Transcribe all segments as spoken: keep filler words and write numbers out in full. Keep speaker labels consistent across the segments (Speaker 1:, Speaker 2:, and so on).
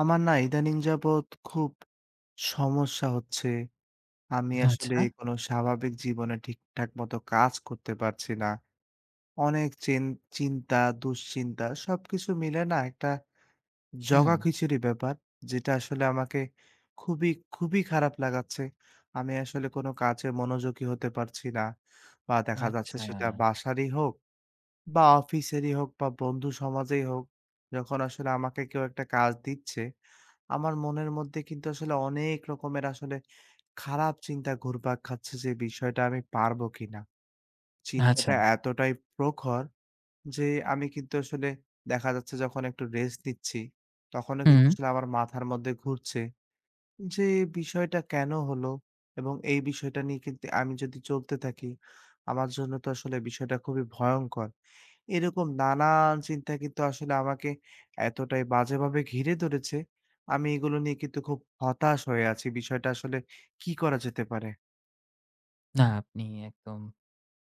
Speaker 1: আমার না ইদানিং যাবৎ খুব সমস্যা হচ্ছে। আমি আচ্ছা। আসলে
Speaker 2: আচ্ছা।
Speaker 1: কোনো স্বাভাবিক জীবনে ঠিকঠাক মতো কাজ করতে পারছি না। অনেক চেন চিন্তা, দুশ্চিন্তা সবকিছু মিলে না একটা
Speaker 2: হুম।
Speaker 1: জগাখিচুড়ি ব্যাপার। যেটা আসলে আমাকে খুবই, খুবই খারাপ লাগাচ্ছে। আমি আসলে কোনো কাজে মনোযোগী হতে পারছি না। বা দেখা যাচ্ছে
Speaker 2: আচ্ছা,
Speaker 1: সেটা বাসারই হোক বা অফিসেরই হোক বা বন্ধু সমাজেই হোক, যখন আসলে আমাকে কেউ একটা কাজ দিচ্ছে আমার মনের মধ্যে কিন্তু আসলে অনেক রকমের আসলে খারাপ চিন্তা ঘুরপাক খাচ্ছে যে বিষয়টা আমি পারবো কিনা।
Speaker 2: আচ্ছা।
Speaker 1: চিন্তাটা এতটাই প্রখর যে আমি কিন্তু আসলে দেখা যাচ্ছে যখন একটু রেস্ট নিচ্ছি, তখনও কিন্তু
Speaker 2: হুম।
Speaker 1: আসলে আমার মাথার মধ্যে ঘুরছে যে এই বিষয়টা কেন হলো? এবং এই বিষয়টা নিয়ে কিন্তু আমি যদি চলতে থাকি, আমার জন্য তো আসলে বিষয়টা খুবই ভয়ংকর। এরকম নানান চিন্তা কিন্তু আসলে আমাকে এতটাই বাজেভাবে ঘিরে ধরেছে, আমি এগুলো নিয়ে কিন্তু খুব হতাশ হয়ে আছি। বিষয়টা আসলে কি করা যেতে পারে?
Speaker 2: না, আপনি একদম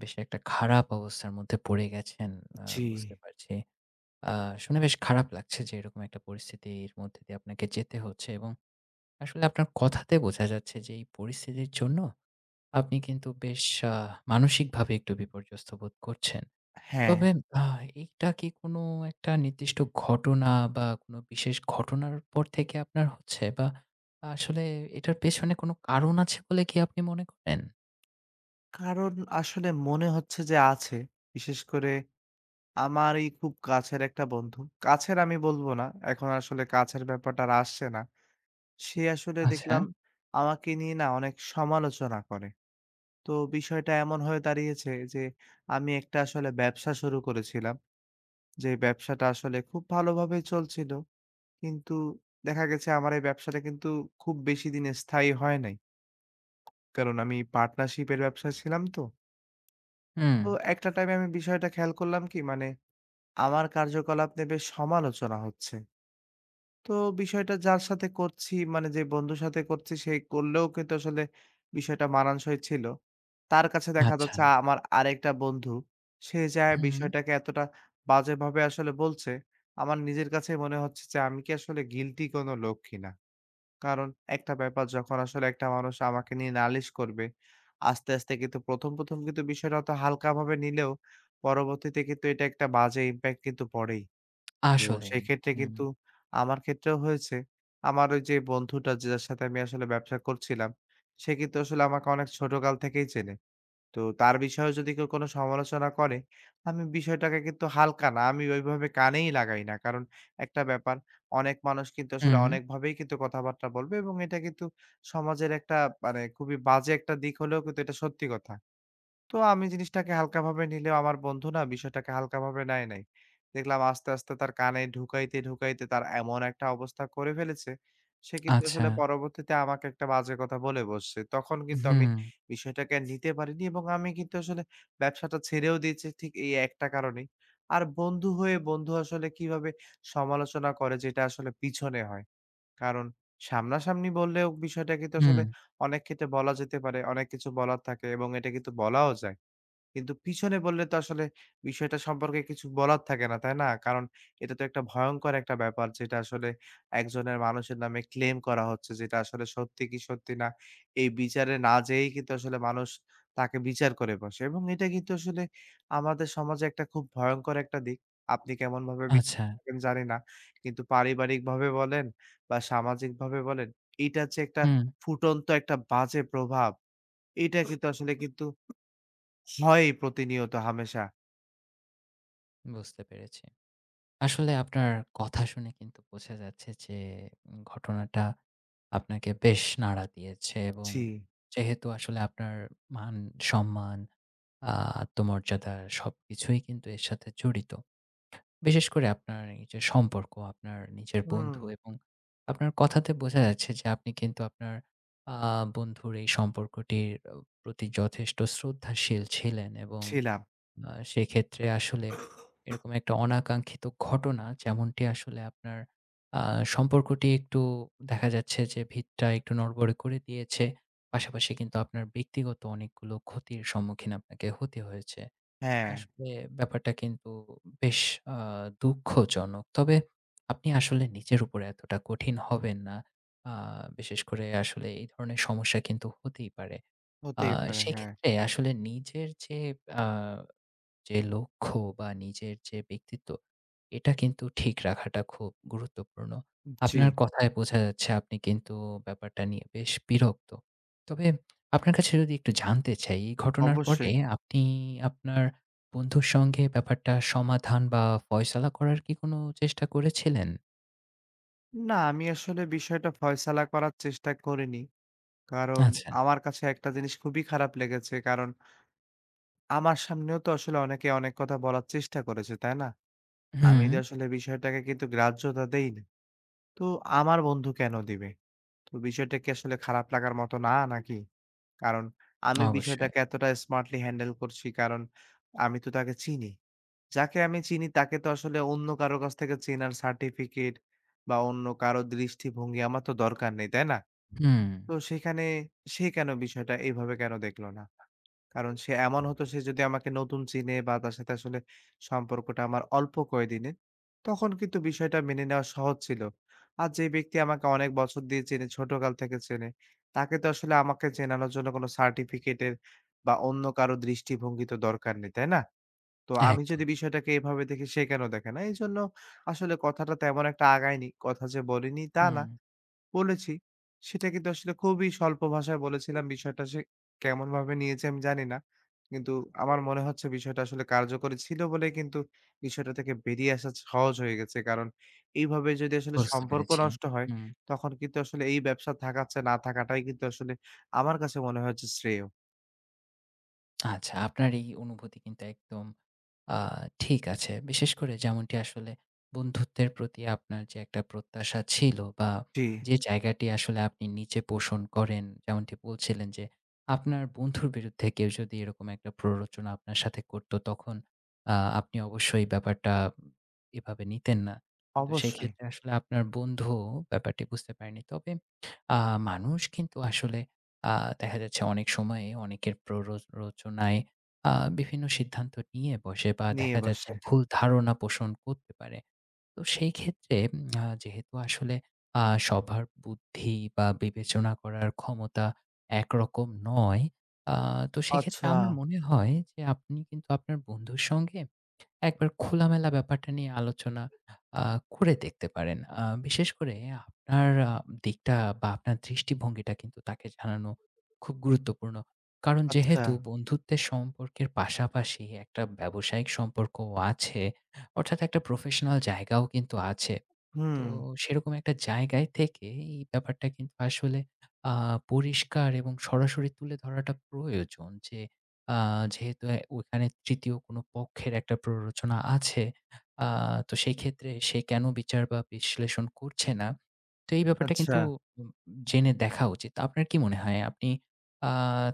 Speaker 2: বেশ একটা খারাপ অবস্থার মধ্যে পড়ে গেছেন। আ
Speaker 1: জি।
Speaker 2: বুঝতে পারছি। আ শুনে বেশ খারাপ লাগছে যে এরকম একটা পরিস্থিতির মধ্যে দিয়ে আপনাকে যেতে হচ্ছে, এবং আসলে আপনার কথাতে বোঝা যাচ্ছে যে এই পরিস্থিতির জন্য আপনি কিন্তু বেশ আ মানসিকভাবে একটু বিপর্যস্ত বোধ করছেন।
Speaker 1: হ্যাঁ,
Speaker 2: তবে আ এইটা কি কোনো একটা নির্দিষ্ট ঘটনা বা কোনো বিশেষ ঘটনার পর থেকে আপনার হচ্ছে? বা আসলে এটার পেছনে কোনো কারণ আছে বলে কি আপনি মনে করেন?
Speaker 1: কারণ আসলে মনে হচ্ছে যে আছে। বিশেষ করে আমার এই খুব কাছের একটা বন্ধু। কাছের আমি বলব না। এখন আসলে কাছের ব্যাপারটা আর আসছে না। সে আসলে
Speaker 2: আচ্ছা,
Speaker 1: দেখলাম আমাকে নিয়ে না অনেক সমালোচনা করে। তো বিষয়টা এমন হয়ে দাঁড়িয়েছে যে আমি একটা আসলে ব্যবসা শুরু করেছিলাম। যে ব্যবসাটা আসলে খুব ভালোভাবে চলছিল। কিন্তু দেখা গেছে আমার এই ব্যবসাটা কিন্তু খুব বেশি দিন স্থায়ী হয় নাই। কারণ আমি পার্টনারশিপ এর ব্যবসায় ছিলাম তো।
Speaker 2: হুম।
Speaker 1: তো একটা টাইমে আমি বিষয়টা খেয়াল করলাম কি মানে আমার কার্যকলাপ নিয়ে বেশ সমালোচনা হচ্ছে। তো বিষয়টা যার সাথে করছি মানে যে বন্ধুর সাথে করছি সেই করলেও কিন্তু আসলে বিষয়টা মানানসই ছিল। তার কাছে দেখা
Speaker 2: আচ্ছা,
Speaker 1: যাচ্ছে আমার আরেকটা বন্ধু, সে যায়
Speaker 2: হুম,
Speaker 1: বিষয়টাকে এতটা বাজেভাবে আসলে বলছে, আমার নিজের কাছে মনে হচ্ছে যে আমি কি আসলে গিল্টি কোনো লোক কিনা? কারণ একটা ব্যাপার যখন আসলে একটা মানুষ আমাকে নিয়ে নালিশ করবে, আস্তে, আস্তে কিন্তু প্রথম, প্রথম কিন্তু বিষয়টা অত হালকাভাবে নিলেও পরবর্তীতে কিন্তু এটা একটা বাজে ইমপ্যাক্ট কিন্তু পড়েই। তো
Speaker 2: আসলেই।
Speaker 1: সেক্ষেত্রে
Speaker 2: হুম,
Speaker 1: কিন্তু আমার ক্ষেত্রেও হয়েছে। আমার ওই যে বন্ধুটা যার সাথে আমি আসলে ব্যবসা করছিলাম, সে কিন্তু আসলে আমাকে অনেক ছোটকাল থেকেই চেনে। তো তার বিষয়েও যদি কেউ কোনো সমালোচনা করে, আমি বিষয়টাকে কিন্তু হালকা না, আমি ওইভাবে কানেই লাগাই না। কারণ একটা ব্যাপার, অনেক মানুষ কিন্তু আসলে
Speaker 2: হুম,
Speaker 1: অনেকভাবেই কিন্তু কথাবার্তা বলবে এবং এটা কিন্তু সমাজের একটা মানে খুবই বাজে একটা দিক হলেও কিন্তু এটা সত্যি কথা। তো আমি জিনিসটাকে হালকাভাবে নিলেও আমার বন্ধু না বিষয়টাকে হালকাভাবে নেয় নাই। দেখলাম আস্তে, আস্তে তার কানে ঢুকাইতে, ঢুকাইতে তার এমন একটা অবস্থা করে ফেলেছে, সে কিন্তু
Speaker 2: আচ্ছা,
Speaker 1: আসলে পরবর্তীতে আমাকে একটা বাজে কথা বলে বসছে। তখন কিন্তু আমি
Speaker 2: হুম,
Speaker 1: বিষয়টাকে নিতে পারিনি এবং আমি কিন্তু আসলে ব্যবসাটা ছেড়েও দিয়েছি ঠিক এই একটা কারণেই। আর বন্ধু হয়ে বন্ধু আসলে কিভাবে সমালোচনা করে যেটা আসলে পিছনে হয়। কারণ সামনাসামনি বললেও বিষয়টা কিন্তু
Speaker 2: হুম,
Speaker 1: আসলে অনেক ক্ষেত্রে বলা যেতে পারে, অনেক কিছু বলার থাকে এবং এটা কিন্তু বলাও যায়। কিন্তু পিছনে বললে তো আসলে বিষয়টা সম্পর্কে কিছু বলার থাকে না, তাই না? কারণ এটা তো একটা ভয়ংকর একটা ব্যাপার যেটা আসলে একজনের মানুষের নামে ক্লেম করা হচ্ছে যেটা আসলে সত্যি কি সত্যি না এই বিচারে না যেয়েই কিন্তু আসলে মানুষ তাকে বিচার করে বসে এবং এটা কিন্তু আসলে আমাদের সমাজে একটা খুব ভয়ংকর একটা দিক। আপনি কেমনভাবে বি
Speaker 2: আচ্ছা,
Speaker 1: থাকেন জানি না। কিন্তু পারিবারিকভাবে বলেন বা সামাজিকভাবে বলেন, এইটার যে একটা
Speaker 2: হুম,
Speaker 1: ফুটন্ত একটা বাজে প্রভাব, এইটা কিন্তু আসলে কিন্তু হয়ই প্রতিনিয়ত হামেশা।
Speaker 2: বুঝতে পেরেছি। আসলে আপনার কথা শুনে কিন্তু বোঝা যাচ্ছে যে উম, ঘটনাটা আপনাকে বেশ নাড়া দিয়েছে, এবং
Speaker 1: জি।
Speaker 2: যেহেতু আসলে আপনার মান সম্মান, আহ, আত্মমর্যাদা সবকিছুই কিন্তু এর সাথে জড়িত, বিশেষ করে আপনার নিজের সম্পর্ক, আপনার নিজের
Speaker 1: হুম।
Speaker 2: বন্ধু, এবং আপনার কথাতে বোঝা যাচ্ছে যে আপনি কিন্তু আপনার আহ, বন্ধুর এই সম্পর্কটির প্রতি যথেষ্ট শ্রদ্ধাশীল ছিলেন, এবং
Speaker 1: ছিলাম।
Speaker 2: আ সেক্ষেত্রে আসলে এরকম একটা অনাকাঙ্ক্ষিত ঘটনা, যেমনটি আসলে আপনার আ সম্পর্কটি একটু, দেখা যাচ্ছে যে ভিতটা একটু নড়বড়ে করে দিয়েছে। পাশাপাশি কিন্তু আপনার ব্যক্তিগত অনেকগুলো ক্ষতির সম্মুখীন আপনাকে হতে হয়েছে।
Speaker 1: হ্যাঁ,
Speaker 2: আসলে ব্যাপারটা কিন্তু বেশ আ দুঃখজনক। তবে আপনি আসলে নিজের উপরে এতটা কঠিন হবেন না। আ বিশেষ করে আসলে এই ধরনের সমস্যা কিন্তু হতেই পারে। আ
Speaker 1: হতেই পারে। হ্যাঁ,
Speaker 2: সেক্ষেত্রে আসলে নিজের যে আ যে লক্ষ্য বা নিজের যে ব্যক্তিত্ব, এটা কিন্তু ঠিক রাখাটা খুব গুরুত্বপূর্ণ।
Speaker 1: জি,
Speaker 2: আপনার কথায় বোঝা যাচ্ছে আপনি কিন্তু ব্যাপারটা নিয়ে বেশ বিরক্ত। তবে আপনার কাছে যদি একটু জানতে চাই, এই ঘটনার পরে
Speaker 1: অবশ্যই।
Speaker 2: আপনি আপনার বন্ধুর সঙ্গে ব্যাপারটা সমাধান বা ফয়সালা করার কি কোনো চেষ্টা করেছিলেন?
Speaker 1: না, আমি আসলে বিষয়টা ফয়সালা করার চেষ্টা করিনি। কারণ
Speaker 2: আচ্ছা।
Speaker 1: আমার কাছে একটা জিনিস খুবই খারাপ লেগেছে। কারণ আমার সামনেও তো আসলে অনেকে অনেক কথা বলার চেষ্টা করেছে, তাই না? আমি
Speaker 2: হুম,
Speaker 1: তো আসলে বিষয়টাকে কিন্তু গ্রাহ্যতা দেইনি। তো আমার বন্ধু কেন দিবে? তো বিষয়টা কি আসলে খারাপ লাগার মতো না নাকি? কারণ আমি
Speaker 2: অবশ্যই।
Speaker 1: বিষয়টাকে এতটা স্মার্টলি হ্যান্ডেল করছি কারণ আমি তো তাকে চিনি। যাকে আমি চিনি তাকে তো আসলে অন্য কারো কাছ থেকে চেনার সার্টিফিকেট বা অন্য কারো দৃষ্টিভঙ্গি আমার তো দরকার নেই, তাই না?
Speaker 2: হুম,
Speaker 1: তো সেখানে সে কেন বিষয়টা এইভাবে কেন দেখলো না? কারণ সে এমন হতো সে যদি আমাকে নতুন চিনে বা তার সাথে আসলে সম্পর্কটা আমার অল্প কয়েকদিনের, তখন কিন্তু বিষয়টা মেনে নেওয়া সহজ ছিল। আর যে ব্যক্তি আমাকে অনেক বছর দিয়ে চেনে, ছোটকাল থেকে চেনে, তাকে তো আসলে আমাকে চেনানোর জন্য কোনো সার্টিফিকেটের বা অন্য কারো দৃষ্টিভঙ্গি তো দরকার নেই, তাই না? তো আমি
Speaker 2: একদম।
Speaker 1: যদি বিষয়টাকে এভাবে দেখি সে কেন দেখে না? এইজন্য আসলে কথাটা তেমন একটা আগায়নি। কথা যে বলিনি তা না,
Speaker 2: হুম,
Speaker 1: বলেছি। সেটা কিন্তু আসলে খুবই স্বল্প ভাষায় বলেছিলাম। বিষয়টা সে কেমনভাবে নিয়েছে আমি জানি না। কিন্তু আমার মনে হচ্ছে বিষয়টা আসলে কার্যকরী ছিল বলেই কিন্তু বিষয়টা থেকে বেরিয়ে আসা সহজ হয়ে গেছে। কারণ এইভাবে যদি আসলে
Speaker 2: বুঝতে
Speaker 1: সম্পর্ক
Speaker 2: পেরেছি।
Speaker 1: নষ্ট হয়,
Speaker 2: হুম,
Speaker 1: তখন কিন্তু আসলে এই ব্যবসা থাকার চেয়ে না থাকাটাই কিন্তু আসলে আমার কাছে মনে হচ্ছে শ্রেয়।
Speaker 2: আচ্ছা, আপনার এই অনুভূতি কিন্তু একদম আ ঠিক আছে। বিশেষ করে যেমনটি আসলে বন্ধুত্বের প্রতি আপনার যে একটা প্রত্যাশা ছিল, বা
Speaker 1: জি,
Speaker 2: যে জায়গাটি আসলে আপনি নিচে পোষণ করেন, যেমনটি বলছিলেন যে আপনার বন্ধুর বিরুদ্ধে কেউ যদি এরকম একটা প্ররোচনা আপনার সাথে করত, তখন আ আপনি অবশ্যই ব্যাপারটা এভাবে নিতেন না। কিন্তু
Speaker 1: অবশ্যই।
Speaker 2: সেক্ষেত্রে আসলে আপনার বন্ধু ব্যাপারটি বুঝতে পারেনি। তবে আ মানুষ কিন্তু আসলে আ দেখা যাচ্ছে অনেক সময়ে অনেকের প্ররোচনায় আ বিভিন্ন সিদ্ধান্ত নিয়ে বসে, বা
Speaker 1: নিয়ে
Speaker 2: দেখা যাচ্ছে
Speaker 1: বসে।
Speaker 2: ভুল ধারণা পোষণ করতে পারে। তো সেই ক্ষেত্রে উম আ যেহেতু আসলে আ সবার বুদ্ধি বা বিবেচনা করার ক্ষমতা একরকম নয়, আ তো সেক্ষেত্রে
Speaker 1: আচ্ছা,
Speaker 2: আমার মনে হয় যে আপনি কিন্তু আপনার বন্ধুর সঙ্গে একবার খোলামেলা ব্যাপারটা নিয়ে আলোচনা আ করে দেখতে পারেন। আ বিশেষ করে আপনার আ দিকটা বা আপনার দৃষ্টিভঙ্গিটা কিন্তু তাকে জানানো খুব গুরুত্বপূর্ণ। কারণ
Speaker 1: আচ্ছা।
Speaker 2: যেহেতু বন্ধুত্বের সম্পর্কের পাশাপাশি একটা ব্যবসায়িক সম্পর্কও আছে, অর্থাৎ একটা প্রফেশনাল জায়গাও কিন্তু আছে। তো
Speaker 1: হুম,
Speaker 2: সেরকম একটা জায়গায় থেকে এই ব্যাপারটা কিন্তু আসলে আ পরিষ্কার এবং সরাসরি তুলে ধরাটা প্রয়োজন যে আ যেহেতু এ ওখানে তৃতীয় কোনো পক্ষের একটা প্ররোচনা আছে, আ তো সেই ক্ষেত্রে সে কেন বিচার বা বিশ্লেষণ করছে না? তো এই ব্যাপারটা
Speaker 1: আচ্ছা।
Speaker 2: কিন্তু উম জেনে দেখা উচিত। আপনার কি মনে হয় আপনি আ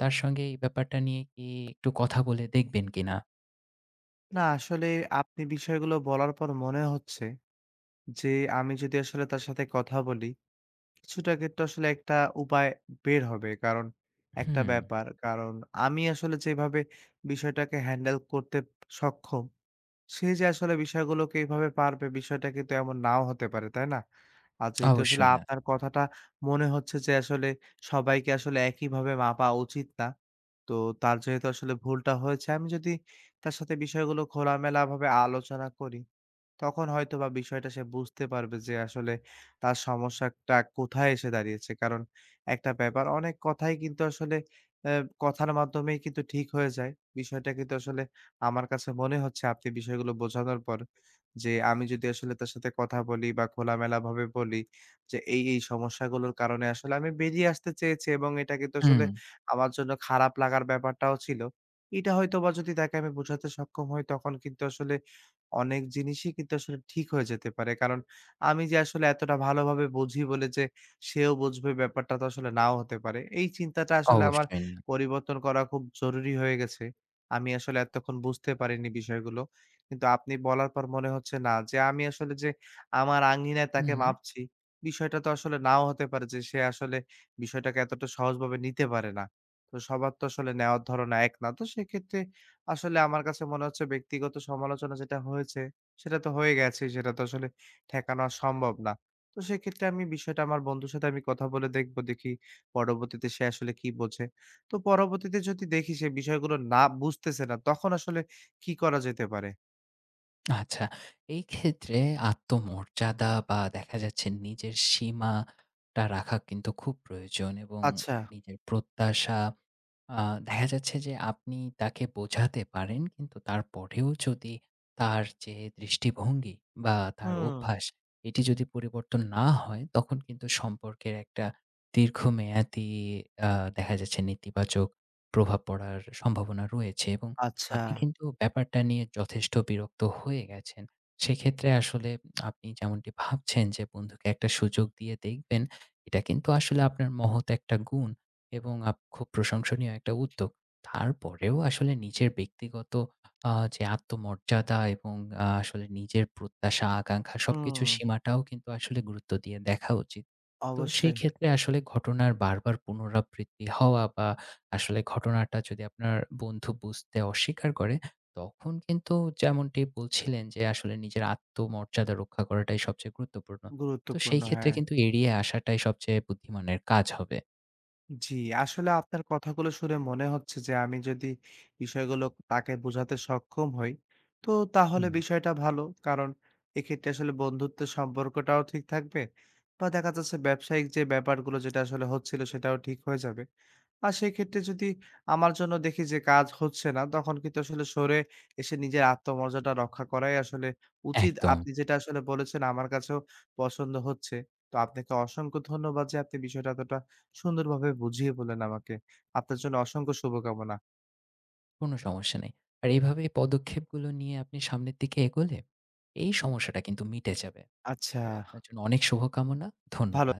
Speaker 2: তার সঙ্গে এই ব্যাপারটা নিয়ে কি একটু কথা বলে দেখবেন কিনা?
Speaker 1: না আসলে আপনি বিষয়গুলো বলার পর মনে হচ্ছে যে, আমি যদি আসলে তার সাথে কথা বলি, কিছুটা কিন্তু আসলে একটা উপায় বের হবে। কারণ একটা
Speaker 2: হুম,
Speaker 1: ব্যাপার, কারণ আমি আসলে যেভাবে বিষয়টাকে হ্যান্ডেল করতে সক্ষম সে যে আসলে বিষয়গুলোকে এভাবে পারবে বিষয়টা কিন্তু এমন নাও হতে পারে, তাই না? আর যেহেতু আসলে
Speaker 2: অবশ্যই না।
Speaker 1: আপনার কথাটা মনে হচ্ছে যে আসলে সবাইকে আসলে একইভাবে মাপা উচিত না। তো তার যেহেতু আসলে ভুলটা হয়েছে আমি যদি তার সাথে বিষয়গুলো খোলামেলাভাবে আলোচনা করি তখন হয়তোবা বিষয়টা সে বুঝতে পারবে যে আসলে তার সমস্যাটা কোথায় এসে দাঁড়িয়েছে। কারণ একটা ব্যাপার অনেক কথাই কিন্তু আসলে অ্যা কথার মাধ্যমেই কিন্তু ঠিক হয়ে যায়। বিষয়টা কিন্তু আসলে আমার কাছে মনে হচ্ছে আপনি বিষয়গুলো বোঝানোর পর যে আমি যদি আসলে তার সাথে কথা বলি বা খোলামেলাভাবে বলি যে এই, এই সমস্যাগুলোর কারণে আসলে আমি বেরিয়ে আসতে চেয়েছি এবং এটা কিন্তু
Speaker 2: হুম,
Speaker 1: আসলে আমার জন্য খারাপ লাগার ব্যাপারটাও ছিল। এটা হয়তোবা যদি তাকে আমি বোঝাতে সক্ষম হই তখন কিন্তু আসলে অনেক জিনিসই কিন্তু আসলে ঠিক হয়ে যেতে পারে। কারণ আমি যে আসলে এতটা ভালোভাবে বুঝি বলে যে সেও বুঝবে ব্যাপারটা তো আসলে নাও হতে পারে। এই চিন্তাটা আসলে আমার
Speaker 2: অবশ্যই না।
Speaker 1: পরিবর্তন করা খুব জরুরি হয়ে গেছে। আমি আসলে এতক্ষণ বুঝতে পারিনি বিষয়গুলো। কিন্তু আপনি বলার পর মনে হচ্ছে না যে আমি আসলে যে আমার আঙিনায় তাকে
Speaker 2: হুম,
Speaker 1: মাপছি, বিষয়টা তো আসলে নাও হতে পারে যে সে আসলে বিষয়টাকে এতটা সহজভাবে নিতে পারে না। তো সবার তো আসলে নেওয়ার ধরন এক না। তো সেক্ষেত্রে আসলে আমার কাছে মনে হচ্ছে ব্যক্তিগত সমালোচনা যেটা হয়েছে, সেটা তো হয়ে গেছে। সেটা তো আসলে ঠেকানো আর সম্ভব না। তো সেক্ষেত্রে আমি বিষয়টা আমার বন্ধুর সাথে আমি কথা বলে দেখব। দেখি পরবর্তীতে সে আসলে কি বোঝে। তো পরবর্তীতে যদি দেখি সে বিষয়গুলো না বুঝতেছে না, তখন আসলে কি করা যেতে পারে?
Speaker 2: আচ্ছা। এই ক্ষেত্রে আত্মমর্যাদা বা দেখা যাচ্ছে নিজের সীমাটা রাখা কিন্তু খুব প্রয়োজন, এবং
Speaker 1: আচ্ছা।
Speaker 2: নিজের প্রত্যাশা, আ দেখা যাচ্ছে যে আপনি তাকে বোঝাতে পারেন, কিন্তু তারপরেও যদি তার যে দৃষ্টিভঙ্গি বা তার
Speaker 1: হুম।
Speaker 2: অভ্যাস, এটি যদি পরিবর্তন না হয় তখন কিন্তু সম্পর্কের একটা দীর্ঘমেয়াদী আ দেখা যাচ্ছে নেতিবাচক প্রভাব পড়ার সম্ভাবনা রয়েছে, এবং
Speaker 1: আচ্ছা।
Speaker 2: আপনি কিন্তু ব্যাপারটা নিয়ে যথেষ্ট বিরক্ত হয়ে গেছেন। সেক্ষেত্রে আসলে আপনি যেমনটি ভাবছেন যে বন্ধুকে একটা সুযোগ দিয়ে দেখবেন, এটা কিন্তু আসলে আপনার মহৎ একটা গুণ। এবং আপ খুব প্রশংসনীয় একটা উদ্যোগ। তারপরেও আসলে নিজের ব্যক্তিগত আ যে আত্মমর্যাদা, এবং আ আসলে নিজের প্রত্যাশা, আকাঙ্ক্ষা সবকিছুর
Speaker 1: হুম।
Speaker 2: সীমাটাও কিন্তু আসলে গুরুত্ব দিয়ে দেখা উচিত। তো সেই
Speaker 1: অবশ্যই।
Speaker 2: ক্ষেত্রে আসলে ঘটনার বারবার পুনরাবৃত্তি হওয়া, বা আসলে ঘটনাটা যদি আপনার বন্ধু বুঝতে অস্বীকার করে, তখন কিন্তু যেমনটি বলছিলেন যে আসলে নিজের আত্মমর্যাদা রক্ষা করাটাই সবচেয়ে গুরুত্বপূর্ণ। তো
Speaker 1: গুরুত্বপূর্ণ,
Speaker 2: সেই ক্ষেত্রে
Speaker 1: হ্যাঁ।
Speaker 2: কিন্তু এড়িয়ে আসাটাই সবচেয়ে বুদ্ধিমানের কাজ হবে।
Speaker 1: জি, আসলে আপনার কথাগুলো শুনে মনে হচ্ছে যে আমি যদি বিষয়গুলো তাকে বোঝাতে সক্ষম হই, তো তাহলে
Speaker 2: হুম।
Speaker 1: বিষয়টা ভালো। কারণ এক্ষেত্রে আসলে বন্ধুত্বের সম্পর্কটাও ঠিক থাকবে বা দেখা যাচ্ছে ব্যবসায়িক যে ব্যাপারগুলো যেটা আসলে হচ্ছিল সেটাও ঠিক হয়ে যাবে। আর সেক্ষেত্রে যদি আমার জন্য দেখি যে কাজ হচ্ছে না, তখন কিন্তু আসলে সরে এসে নিজের আত্মমর্যাদা রক্ষা করাই আসলে উচিত।
Speaker 2: একদম।
Speaker 1: আপনি যেটা আসলে বলেছেন আমার কাছেও পছন্দ হচ্ছে। তো আপনাকে অসংখ্য ধন্যবাদ যে আপনি বিষয়টা এতটা সুন্দরভাবে বুঝিয়ে বললেন আমাকে। আপনার জন্য অসংখ্য শুভকামনা।
Speaker 2: কোনো সমস্যা নেই। আর এভাবে পদক্ষেপগুলো নিয়ে আপনি সামনের দিকে এগোলে এই
Speaker 1: উম
Speaker 2: সমস্যাটা কিন্তু মিটে যাবে।
Speaker 1: আচ্ছা,
Speaker 2: তো আপনার জন্য অনেক শুভকামনা।
Speaker 1: ভালো
Speaker 2: ধন্যবাদ।